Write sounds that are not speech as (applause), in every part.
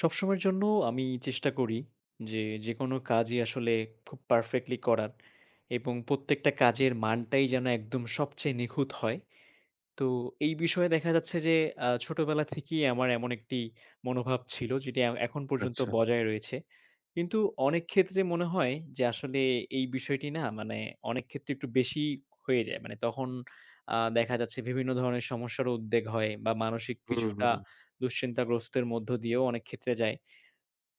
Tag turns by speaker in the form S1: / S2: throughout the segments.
S1: সবসময়ের জন্য আমি চেষ্টা করি যে, যেকোনো কাজই আসলে খুব পারফেক্টলি করার এবং প্রত্যেকটা কাজের মানটাই যেন একদম সবচেয়ে নিখুঁত হয়। তো এই বিষয়ে দেখা যাচ্ছে যে, ছোটবেলা থেকেই আমার এমন একটি মনোভাব ছিল যেটি এখন পর্যন্ত
S2: আচ্ছা।
S1: বজায় রয়েছে। কিন্তু অনেক ক্ষেত্রে মনে হয় যে, আসলে এই বিষয়টি না মানে অনেক ক্ষেত্রে একটু বেশি হয়ে যায়। মানে তখন দেখা যাচ্ছে বিভিন্ন ধরনের সমস্যার উদ্বেগ হয় বা মানসিক
S2: হুম,
S1: কিছুটা
S2: হুম।
S1: দুশ্চিন্তাগ্রস্তের মধ্য দিয়েও অনেক ক্ষেত্রে যায়।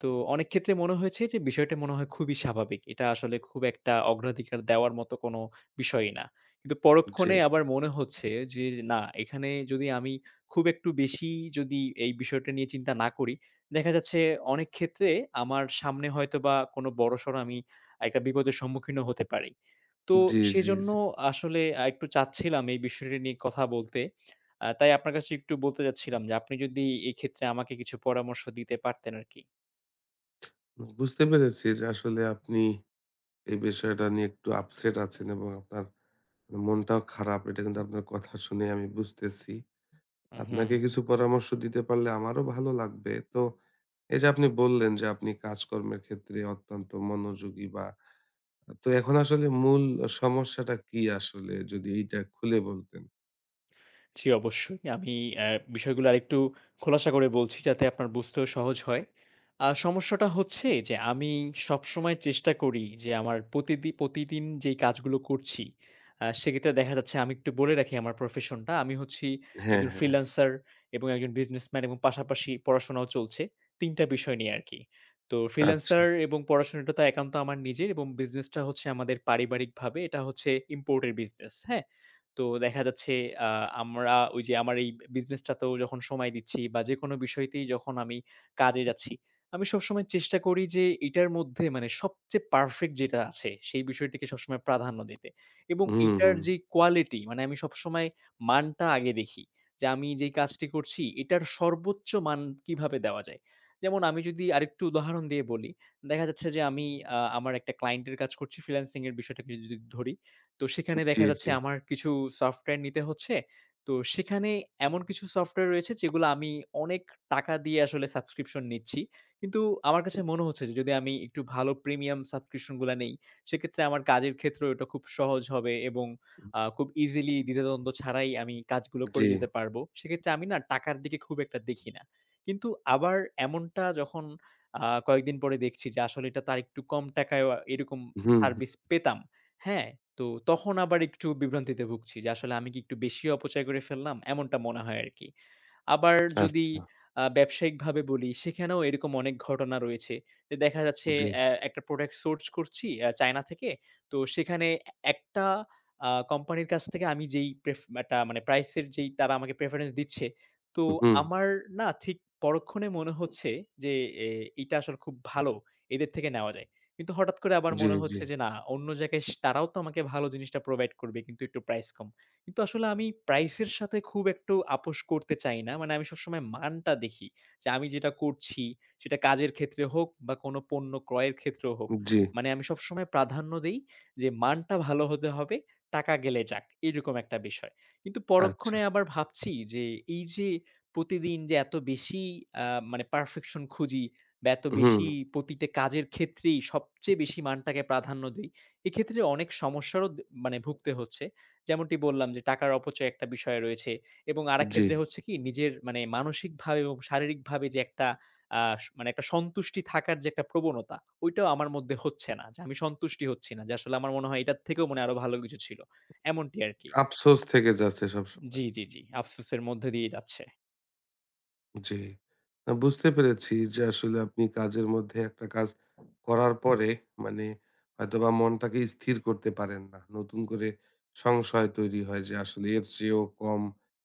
S1: তো অনেক ক্ষেত্রে মনে হয়েছে যে বিষয়টা মনে হয় খুবই স্বাভাবিক। এটা আসলে খুব একটা অগ্রাধিকার দেওয়ার মতো কোনো বিষয়ই না। কিন্তু
S2: জি,
S1: পরক্ষণে আবার মনে হচ্ছে যে না, এখানে যদি আমি খুব একটু বেশি যদি এই বিষয়টা নিয়ে চিন্তা না করি, দেখা যাচ্ছে অনেক ক্ষেত্রে আমার সামনে হয়তোবা কোনো বড়সড় আমি একটা বিপদের সম্মুখীনও হতে পারি। তো
S2: জি, জি,
S1: সেজন্য
S2: জি।
S1: আসলে একটু চাচ্ছিলাম এই বিষয়টা নিয়ে কথা বলতে। তাই আপনার কাছে একটু বলতে চাচ্ছিলাম যে আপনি যদি এক্ষেত্রে আমাকে কিছু পরামর্শ দিতে পারতেন আরকি।
S2: বুঝতে পেরেছি যে আসলে আপনি এই বিষয়টা নিয়ে একটু আপসেট আছেন এবং আপনার মনটাও খারাপ। এটা কিন্তু আপনার কথা শুনে আমি বুঝতেছি। আপনাকে
S1: হুম,
S2: কিছু পরামর্শ দিতে পারলে আমারও ভালো লাগবে। তো এই যে আপনি বললেন যে আপনি কাজকর্মের ক্ষেত্রে অত্যন্ত মনোযোগী বা তো এখন আসলে মূল সমস্যাটা কি আসলে? যদি এইটা খুলে বলতেন।
S1: জি, অবশ্যই। আমি অ্যা বিষয়গুলো আরেকটু খোলাসা করে বলছি যাতে আপনার বুঝতেও সহজ হয়। সমস্যাটা হচ্ছে যে আমি সবসময় চেষ্টা করি যে আমার প্রতিদিন যেই কাজগুলো করছি, সেক্ষেত্রে দেখা যাচ্ছে আমি একটু বলে রাখি আমার প্রফেশনটা। আমি হচ্ছি
S2: হ্যাঁ,
S1: একজন
S2: হ্যাঁ।
S1: ফ্রিল্যান্সার এবং একজন বিজনেসম্যান এবং পাশাপাশি পড়াশোনাও চলছে। ৩ টা বিষয় নিয়ে আরকি। তো
S2: আচ্ছা।
S1: ফ্রিল্যান্সার এবং পড়াশোনাটা তো একান্ত আমার নিজের, এবং বিজনেসটা হচ্ছে আমাদের পারিবারিকভাবে, এটা হচ্ছে ইম্পোর্টের বিজনেস, হ্যাঁ? তো দেখা যাচ্ছে আ আমরা ওই যে আমার এই বিজনেসটাতেও যখন সময় দিচ্ছি বা যেকোনো বিষয়তেই যখন আমি কাজে যাচ্ছি, আমি সবসময় চেষ্টা করি যে এটার মধ্যে মানে সবচেয়ে পারফেক্ট যেটা আছে সেই বিষয়টিকে সবসময় প্রাধান্য দিতে। এবং
S2: হুম,
S1: এটার
S2: হুম।
S1: যে কোয়ালিটি, মানে আমি সবসময় মানটা আগে দেখি। যে আমি যেই কাজটি করছি এটার সর্বোচ্চ মান কিভাবে দেওয়া যায়। যেমন আমি যদি আরেকটু উদাহরণ দিয়ে বলি, দেখা যাচ্ছে যে আমি আমার একটা ক্লায়েন্টের কাজ করছি, ফ্রিল্যান্সিং এর বিষয়টাকে যদি ধরি। তো সেখানে
S2: জি,
S1: দেখা যাচ্ছে
S2: জি,
S1: আমার কিছু সফটওয়্যার নিতে হচ্ছে। তো সেখানে এমন কিছু সফটওয়্যার রয়েছে যেগুলো আমি অনেক টাকা দিয়ে আসলে সাবস্ক্রিপশন নিচ্ছি। কিন্তু আমার কাছে মনে হচ্ছে যে যদি আমি একটু ভালো প্রিমিয়াম সাবস্ক্রিপশন গুলা নেই, সেক্ষেত্রে আমার কাজের ক্ষেত্রেও এটা খুব সহজ হবে এবং খুব ইজিলি দ্বিধাদ্বন্দ্ব ছাড়াই আমি কাজগুলো
S2: জি।
S1: করে যেতে পারবো। সেক্ষেত্রে আমি না টাকার দিকে খুব একটা দেখি না। কিন্তু আবার এমনটা যখন কয়েকদিন পরে দেখছি যে আসলে এটা তার একটু কম টাকায়ও এরকম
S2: হুম, হুম।
S1: সার্ভিস পেতাম। হ্যাঁ, তো তখন আবার একটু বিভ্রান্তিতে ভুগছি যে আসলে আমি কি একটু বেশি অপচয় করে ফেললাম? এমনটা মনে হয় আরকি। আবার যদি
S2: আচ্ছা।
S1: ব্যবসায়িকভাবে বলি, সেখানেও এরকম অনেক ঘটনা রয়েছে। যে দেখা যাচ্ছে
S2: জি,
S1: একটা প্রোডাক্ট সোর্স করছি চায়না থেকে। তো সেখানে একটা কোম্পানির কাছ থেকে আমি যেই একটা মানে প্রাইস এর, যেই তারা আমাকে প্রেফারেন্স দিচ্ছে, তো
S2: হুম,
S1: আমার না ঠিক পরক্ষণে মনে হচ্ছে যে এ এটা আসলে খুব ভালো। এদের থেকে নেওয়া যায়। কিন্তু হঠাৎ করে আবার
S2: জি,
S1: মনে
S2: জি,
S1: হচ্ছে যে না, অন্য জায়গায় তারাও তো আমাকে ভালো জিনিসটা প্রোভাইড করবে কিন্তু একটু প্রাইস কম। কিন্তু আসলে আমি প্রাইস এর সাথে খুব একটু আপোস করতে চাই না। মানে আমি সবসময় মানটা দেখি। যে আমি যেটা করছি, সেটা কাজের ক্ষেত্রে হোক বা কোনো পণ্য ক্রয়ের ক্ষেত্রেও হোক।
S2: জি,
S1: মানে আমি সবসময় প্রাধান্য দেই যে মানটা ভালো হতে হবে, টাকা গেলে যাক। এরকম একটা বিষয়। কিন্তু
S2: আচ্ছা,
S1: পরক্ষণে আবার ভাবছি যে এই যে প্রতিদিন যে এত বেশি আ মানে পারফেকশন খুঁজি,
S2: হুম,
S1: বেশি প্রতিটা কাজের ক্ষেত্রেই সবচেয়ে বেশি মানটাকে প্রাধান্য দেই। এক্ষেত্রে অনেক সমস্যারও মানে ভুগতে হচ্ছে। যেমনটি বললাম যে টাকার অপচয় একটা বিষয় রয়েছে এবং আরেক
S2: জি।
S1: ক্ষেত্রে হচ্ছে কি, নিজের মানে মানসিকভাবে এবং শারীরিকভাবে যে একটা মানে একটা সন্তুষ্টি থাকার যে একটা প্রবণতা, ওইটাও আমার মধ্যে হচ্ছে না। যে আমি সন্তুষ্টি হচ্ছি না। যে আসলে আমার মনে হয় এটার থেকেও মনে হয় আরো ভালো কিছু ছিল। এমনটি আরকি।
S2: আফসোস থেকে যাচ্ছে সবসময়।
S1: জি, জি, জি। আফসোসের মধ্য দিয়ে যাচ্ছে।
S2: জি। না, বুঝতে পেরেছি যে আসলে আপনি কাজের মধ্যে একটা কাজ করার পরে মানে হয়তোবা মনটাকে স্থির করতে পারেন না। নতুন করে সংশয় তৈরি হয় যে আসলে এর চেয়েও কম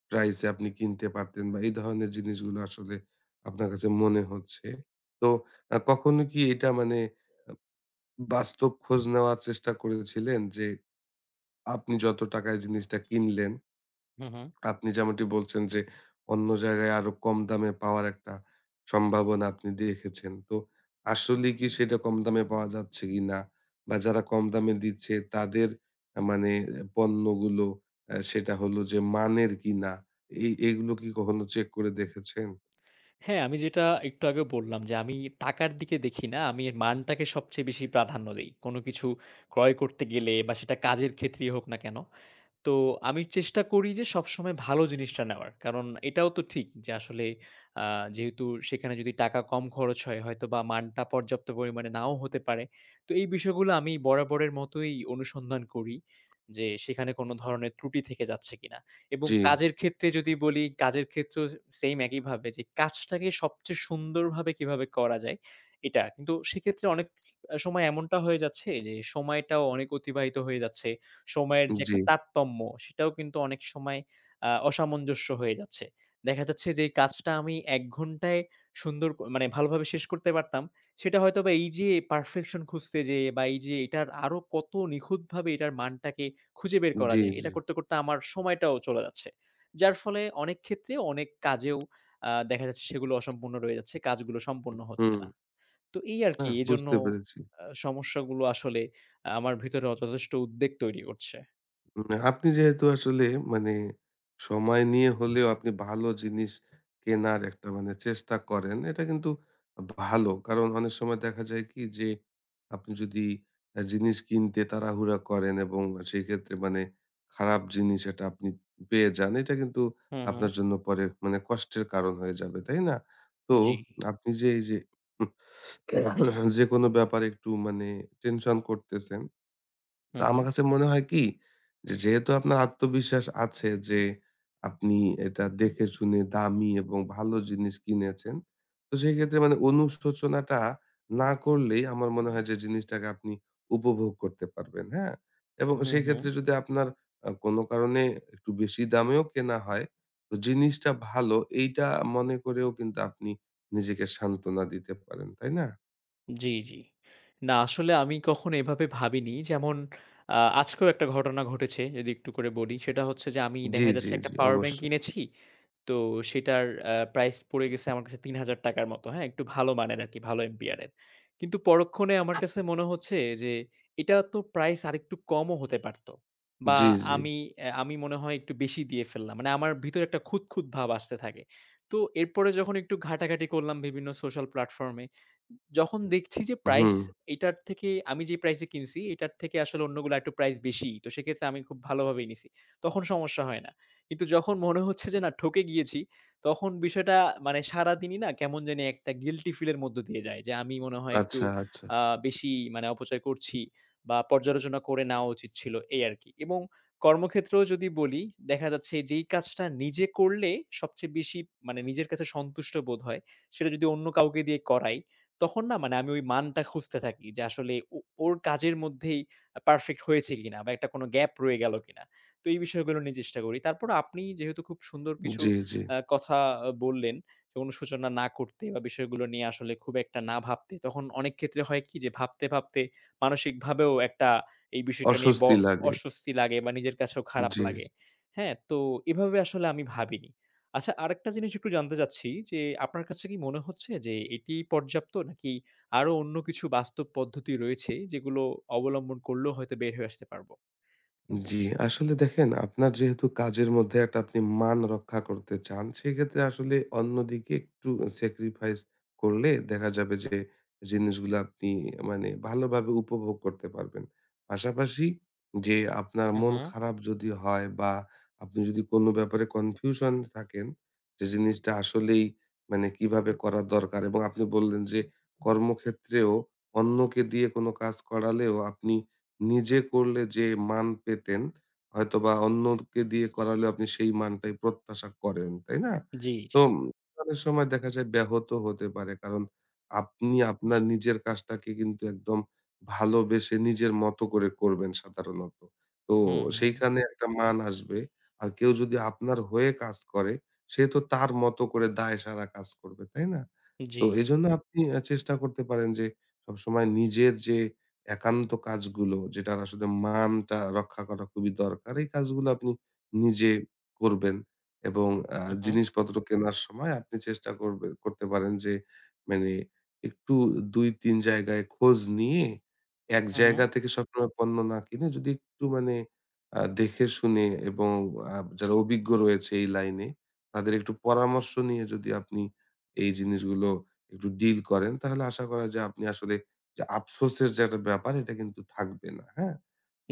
S2: প্রাইসে আপনি কিনতে পারতেন বা এই ধরনের জিনিসগুলো আসলে আপনার কাছে মনে হচ্ছে। তো কখনো কি এটা মানে বাস্তব খোঁজ নেওয়ার চেষ্টা করেছিলেন যে আপনি যত টাকায় জিনিসটা কিনলেন,
S1: হুম, হুম।
S2: আপনি যেমনটি বলছেন যে অন্য জায়গায় আরো কম দামে পাওয়ার একটা সম্ভাবনা আপনি দেখেছেন। তো আসলেই কি সেটা কম দামে পাওয়া যাচ্ছে কিনা? বা যারা কম দামে দিচ্ছে তাদের মানে এ পণ্যগুলো সেটা হলো যে মানের কিনা? এই এগুলো কি কখনো চেক করে দেখেছেন?
S1: হ্যাঁ, আমি যেটা একটু আগেও বললাম যে আমি টাকার দিকে দেখি না। আমি এর মানটাকে সবচেয়ে বেশি প্রাধান্য দেই। কোন কিছু ক্রয় করতে গেলে বা সেটা কাজের ক্ষেত্রেই হোক না কেন। তো আমি চেষ্টা করি যে সবসময় ভালো জিনিসটা নেওয়ার। কারণ এটাও তো ঠিক যে আসলে আ যেহেতু সেখানে যদি টাকা কম খরচ হয়, হয়তোবা মানটা পর্যাপ্ত পরিমাণে নাও হতে পারে। তো এই বিষয়গুলো আমি বরাবরের মতোই অনুসন্ধান করি যে সেখানে কোনো ধরনের ত্রুটি থেকে যাচ্ছে কিনা। এবং
S2: জি,
S1: কাজের ক্ষেত্রে যদি বলি, কাজের ক্ষেত্রেও সেইম একইভাবে যে কাজটাকে সবচেয়ে সুন্দরভাবে কিভাবে করা যায় এটা। কিন্তু সেক্ষেত্রে অনেক সময় এমনটা হয়ে যাচ্ছে যে সময়টাও অনেক অতিবাহিত হয়ে যাচ্ছে। সময়ের যে
S2: জি,
S1: একটা তারতম্য, সেটাও কিন্তু অনেক সময় অসামঞ্জস্য হয়ে যাচ্ছে। দেখা যাচ্ছে যে এই কাজটা আমি ১ ঘন্টায় সুন্দর মানে ভালোভাবে শেষ করতে পারতাম। সেটা হয়তোবা এই যে পারফেকশন খুঁজতে যেয়ে বা এই যে এটার আরো কত নিখুঁতভাবে এটার মানটাকে খুঁজে বের করা
S2: জি,
S1: যায়,
S2: জি।
S1: এটা করতে, করতে আমার সময়টাও চলে যাচ্ছে। যার ফলে অনেক ক্ষেত্রে অনেক কাজেও দেখা যাচ্ছে সেগুলো অসম্পূর্ণ রয়ে যাচ্ছে, কাজগুলো সম্পূর্ণ হচ্ছে
S2: হুম,
S1: না। তো এই আরকি,
S2: হ্যাঁ,
S1: এজন্য
S2: বুঝতে পেরেছি।
S1: সমস্যাগুলো আসলে আমার ভিতরে যথেষ্ট উদ্বেগ তৈরি করছে।
S2: আপনি যেহেতু আসলে মানে সময় নিয়ে হলেও আপনি ভালো জিনিস কেনার একটা মানে চেষ্টা করেন, এটা কিন্তু ভালো। কারণ অনেক সময় দেখা যায় কি যে, আপনি যদি জিনিস কিনতে তাড়াহুড়া করেন এবং সেই ক্ষেত্রে মানে খারাপ জিনিস এটা আপনি পেয়ে যান, এটা কিন্তু
S1: হুম, হুম।
S2: আপনার জন্য পরে মানে কষ্টের কারণ হয়ে যাবে, তাই না? তো
S1: জি।
S2: আপনি যে এই যে (clears throat) যেকোনো ব্যাপারে একটু মানে টেনশন করতেছেন, তো
S1: হুম, হুম।
S2: আমার কাছে মনে হয় কি যে যেহেতু আপনার আত্মবিশ্বাস আছে যে আপনি এটা দেখে শুনে দামি এবং ভালো জিনিস কিনেছেন, তো সেই ক্ষেত্রে মানে অনুশোচনাটা না করলেই আমার মনে হয় যে জিনিসটাকে আপনি উপভোগ করতে পারবেন, হ্যাঁ। এবং
S1: হুম,
S2: সেই
S1: হুম।
S2: ক্ষেত্রে যদি আপনার আহ, কোনো কারণে একটু বেশি দামেও কেনা হয়, তো জিনিসটা ভালো এইটা মনে করেও কিন্তু আপনি নিজেকে সান্ত্বনা দিতে পারেন, তাই না?
S1: জি, জি। না, আসলে আমি কখনো এভাবে ভাবিনি। যেমন আজকেও একটা ঘটনা ঘটেছে যদি একটু করে বলি। সেটা হচ্ছে যে আমি
S2: জি,
S1: দেখা
S2: জি,
S1: যাচ্ছে একটা
S2: জি,
S1: পাওয়ার ব্যাংক
S2: অবশ্যই।
S1: কিনেছি। তো সেটার প্রাইস পড়ে গেছে আমার কাছে ৳৩,০০০ র মতো, হ্যাঁ? একটু ভালো মানের আরকি, ভালো এম্পিয়ার এর। কিন্তু পরক্ষণে আমার কাছে মনে হচ্ছে যে এটা তো প্রাইস আরেকটু কমও হতে পারত। বা
S2: জি, জি।
S1: আমি আমি মনে হয় একটু বেশি দিয়ে ফেললাম। মানে আমার ভিতরে একটা খুঁতখুঁত ভাব আসতে থাকে। তো এরপরে যখন একটু ঘাটাঘাটি করলাম বিভিন্ন সোশ্যাল প্ল্যাটফর্ম এ, যখন দেখছি যে প্রাইস
S2: হুম।
S1: এটার থেকে আমি যে প্রাইস এ কিনছি এটার থেকে আসলে অন্যগুলা একটু প্রাইস বেশি। তো সেক্ষেত্রে আমি খুব ভালোভাবেই নিছি। তখন সমস্যা হয় না। কিন্তু যখন মনে হচ্ছে যে না ঠকে গিয়েছি, তখন বিষয়টা মানে সারাদিনই না কেমন জানি একটা গিল্টি ফিল এর মধ্য দিয়ে যায়। যে আমি মনে হয় একটু
S2: আচ্ছা, আচ্ছা।
S1: আ বেশি মানে অপচয় করছি বা পর্যালোচনা করে নেওয়া উচিত ছিল এই আরকি। এবং কর্মক্ষেত্রেও যদি বলি, দেখা যাচ্ছে যেই কাজটা নিজে করলে সবচেয়ে বেশি মানে নিজের কাছে সন্তুষ্ট বোধ হয়, সেটা যদি অন্য কাউকে দিয়ে করাই, তখন না মানে আমি ওই মানটা খুঁজতে থাকি যে আসলে ওর কাজের মধ্যেই পারফেক্ট হয়েছে কিনা বা একটা কোনো গ্যাপ রয়ে গেল কিনা। তো এই বিষয়গুলো নিয়ে চেষ্টা করি। তারপর আপনি যেহেতু খুব সুন্দর কিছু
S2: জি, জি।
S1: কথা বললেন, অনুশোচনা না করতে বা বিষয়গুলো নিয়ে আসলে খুব একটা না ভাবতে। তখন অনেক ক্ষেত্রে হয় কি যে ভাবতে, ভাবতে মানসিকভাবেও একটা এই বিষয়টা নিয়ে
S2: অস্বস্তি লাগে।
S1: অস্বস্তি লাগে বা নিজের কাছেও খারাপ
S2: জি,
S1: লাগে। হ্যাঁ? তো এভাবে আসলে আমি ভাবিনি। আচ্ছা, আরেকটা জিনিস একটু জানতে চাচ্ছি যে আপনার কাছে কি মনে হচ্ছে যে এটি পর্যাপ্ত, নাকি আরো অন্য কিছু বাস্তব পদ্ধতি রয়েছে যেগুলো অবলম্বন করলেও হয়তো বের হয়ে আসতে পারবো?
S2: জি, আসলে দেখেন আপনার যেহেতু কাজের মধ্যে একটা আপনি মান রক্ষা করতে চান, সেক্ষেত্রে আসলে অন্যদিকে একটু স্যাক্রিফাইস করলে দেখা যাবে যে জিনিসগুলো আপনি মানে ভালোভাবে উপভোগ করতে পারবেন। পাশাপাশি যে আপনার
S1: হু,
S2: মন
S1: হু।
S2: খারাপ যদি হয় বা আপনি যদি কোনো ব্যাপারে কনফিউশন থাকেন, যে জিনিসটা আসলেই মানে কিভাবে করা দরকার এবং আপনি বললেন যে কর্মক্ষেত্রেও অন্যকে দিয়ে কোনো কাজ করালেও আপনি নিজে করলে যে মান পেতেন, হয়তোবা অন্যকে দিয়ে করালেও আপনি সেই মানটাই প্রত্যাশা করেন, তাই না?
S1: জি।
S2: তো অনেক সময় দেখা যায় ব্যাহত হতে পারে। কারণ আপনি আপনার নিজের কাজটাকে কিন্তু একদম ভালোবেসে নিজের মতো করে করবেন সাধারণত। তো
S1: হুম, হুম।
S2: সেইখানে একটা মান আসবে। আর কেউ যদি আপনার হয়ে কাজ করে, সে তো তার মতো করে দায়সারা কাজ করবে, তাই না? তো
S1: জি।
S2: এজন্য আপনি চেষ্টা করতে পারেন যে সবসময় নিজের যে একান্ত কাজগুলো যেটার আসলে মানটা রক্ষা করা খুবই দরকার। এই কাজগুলো আপনি নিজে করবেন এবং আ
S1: হু, হু।
S2: জিনিসপত্র কেনার সময় আপনি চেষ্টা করবে করতে পারেন যে মানে একটু ২-৩ জায়গায় খোঁজ নিয়ে এক
S1: হু, হু।
S2: জায়গা থেকে সবসময় পণ্য না কিনে যদি একটু মানে দেখে শুনে এবং যারা অভিজ্ঞ রয়েছে এই লাইনে তাদের একটু পরামর্শ নিয়ে যদি আপনি এই জিনিসগুলো একটু ডিল করেন, তাহলে আশা করা যায় আপনি আসলে যে আফসোসের যে একটা ব্যাপার এটা কিন্তু থাকবে না, হ্যাঁ?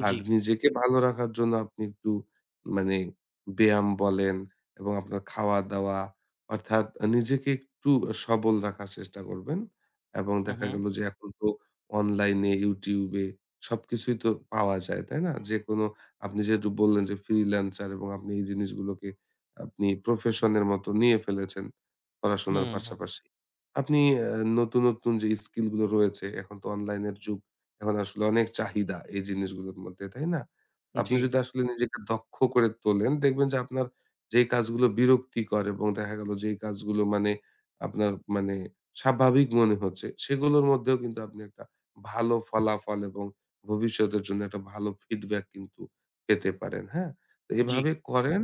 S2: আর
S1: জি।
S2: নিজেকে ভালো রাখার জন্য আপনি একটু মানে ব্যায়াম বলেন এবং আপনার খাওয়া-দাওয়া, অর্থাৎ নিজেকে একটু সবল রাখার চেষ্টা করবেন। এবং
S1: হু,
S2: দেখা
S1: হু।
S2: গেল যে এখন তো অনলাইনে YouTube এ সবকিছুই তো পাওয়া যায়, তাই না? যেকোনো আপনি যেহেতু বললেন যে ফ্রিল্যান্সার এবং আপনি এই জিনিসগুলোকে আপনি প্রফেশন এর মতো নিয়ে ফেলেছেন পড়াশোনার
S1: হুম, হুম।
S2: পাশাপাশি। আপনি আ নতুন, নতুন যে স্কিল গুলো রয়েছে, এখন তো অনলাইনের যুগ। এখন আসলে অনেক চাহিদা এই জিনিসগুলোর মধ্যে, তাই না?
S1: জি,
S2: আপনি যদি আসলে নিজেকে দক্ষ করে তোলেন, দেখবেন যে আপনার যেই কাজগুলো বিরক্তিকর এবং দেখা গেল যেই কাজগুলো মানে আপনার মানে স্বাভাবিক মনে হচ্ছে, সেগুলোর মধ্যেও কিন্তু আপনি একটা ভালো ফলাফল এবং ভবিষ্যতের জন্য একটা ভালো ফিডব্যাক কিন্তু পেতে পারেন, হ্যাঁ? তো
S1: জি।
S2: এভাবে করেন।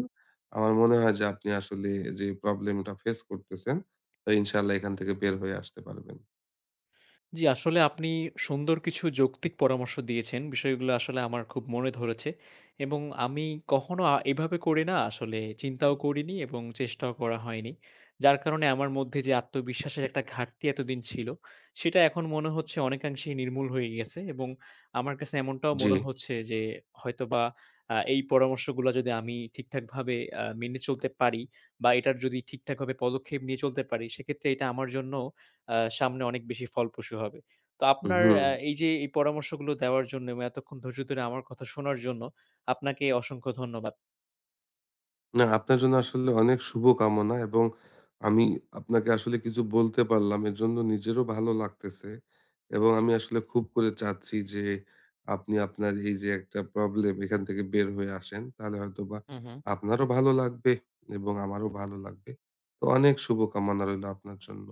S2: আমার মনে হয় যে আপনি আসলে যে প্রবলেমটা ফেস করতেছেন, তো ইনশাআল্লাহ এখান থেকে বের হয়ে আসতে পারবেন।
S1: জি, আসলে আপনি সুন্দর কিছু যৌক্তিক পরামর্শ দিয়েছেন। বিষয়গুলো আসলে আমার খুব মনে ধরেছে এবং আমি কখনো এভাবে করে না আসলে চিন্তাও করিনি এবং চেষ্টাও করা হয়নি। যার কারণে আমার মধ্যে যে আত্মবিশ্বাসের একটা ঘাটতি এতদিন ছিল, সেটা এখন মনে হচ্ছে অনেকাংশেই নির্মূল হয়ে গেছে এবং আমার কাছে এমনটাও
S2: জি।
S1: মনে হচ্ছে যে হয়তোবা এই পরামর্শগুলা যদি আমি ঠিকঠাকভাবে মেনে চলতে পারি বা এটার যদি ঠিকঠাকভাবে পদক্ষেপ নিয়ে চলতে পারি, সেক্ষেত্রে এটা আমার জন্য আ সামনে অনেক বেশি ফলপ্রসূ হবে। তো আপনার
S2: হুম।
S1: এই যে এই পরামর্শগুলো দেওয়ার জন্য এবং এতক্ষণ ধৈর্য ধরে আমার কথা শোনার জন্য আপনাকে অসংখ্য ধন্যবাদ।
S2: না, আপনার জন্য আসলে অনেক শুভকামনা। এবং আমি আপনাকে আসলে কিছু বলতে পারলাম। এর জন্য নিজেরও ভালো লাগতেছে। এবং আমি আসলে খুব করে চাচ্ছি যে আপনি আপনার এই যে একটা প্রবলেম এখান থেকে বের হয়ে আসেন। তাহলে হয়তোবা
S1: হু, হু।
S2: আপনারও ভালো লাগবে এবং আমারও ভালো লাগবে। তো অনেক শুভকামনা রইলো আপনার জন্য।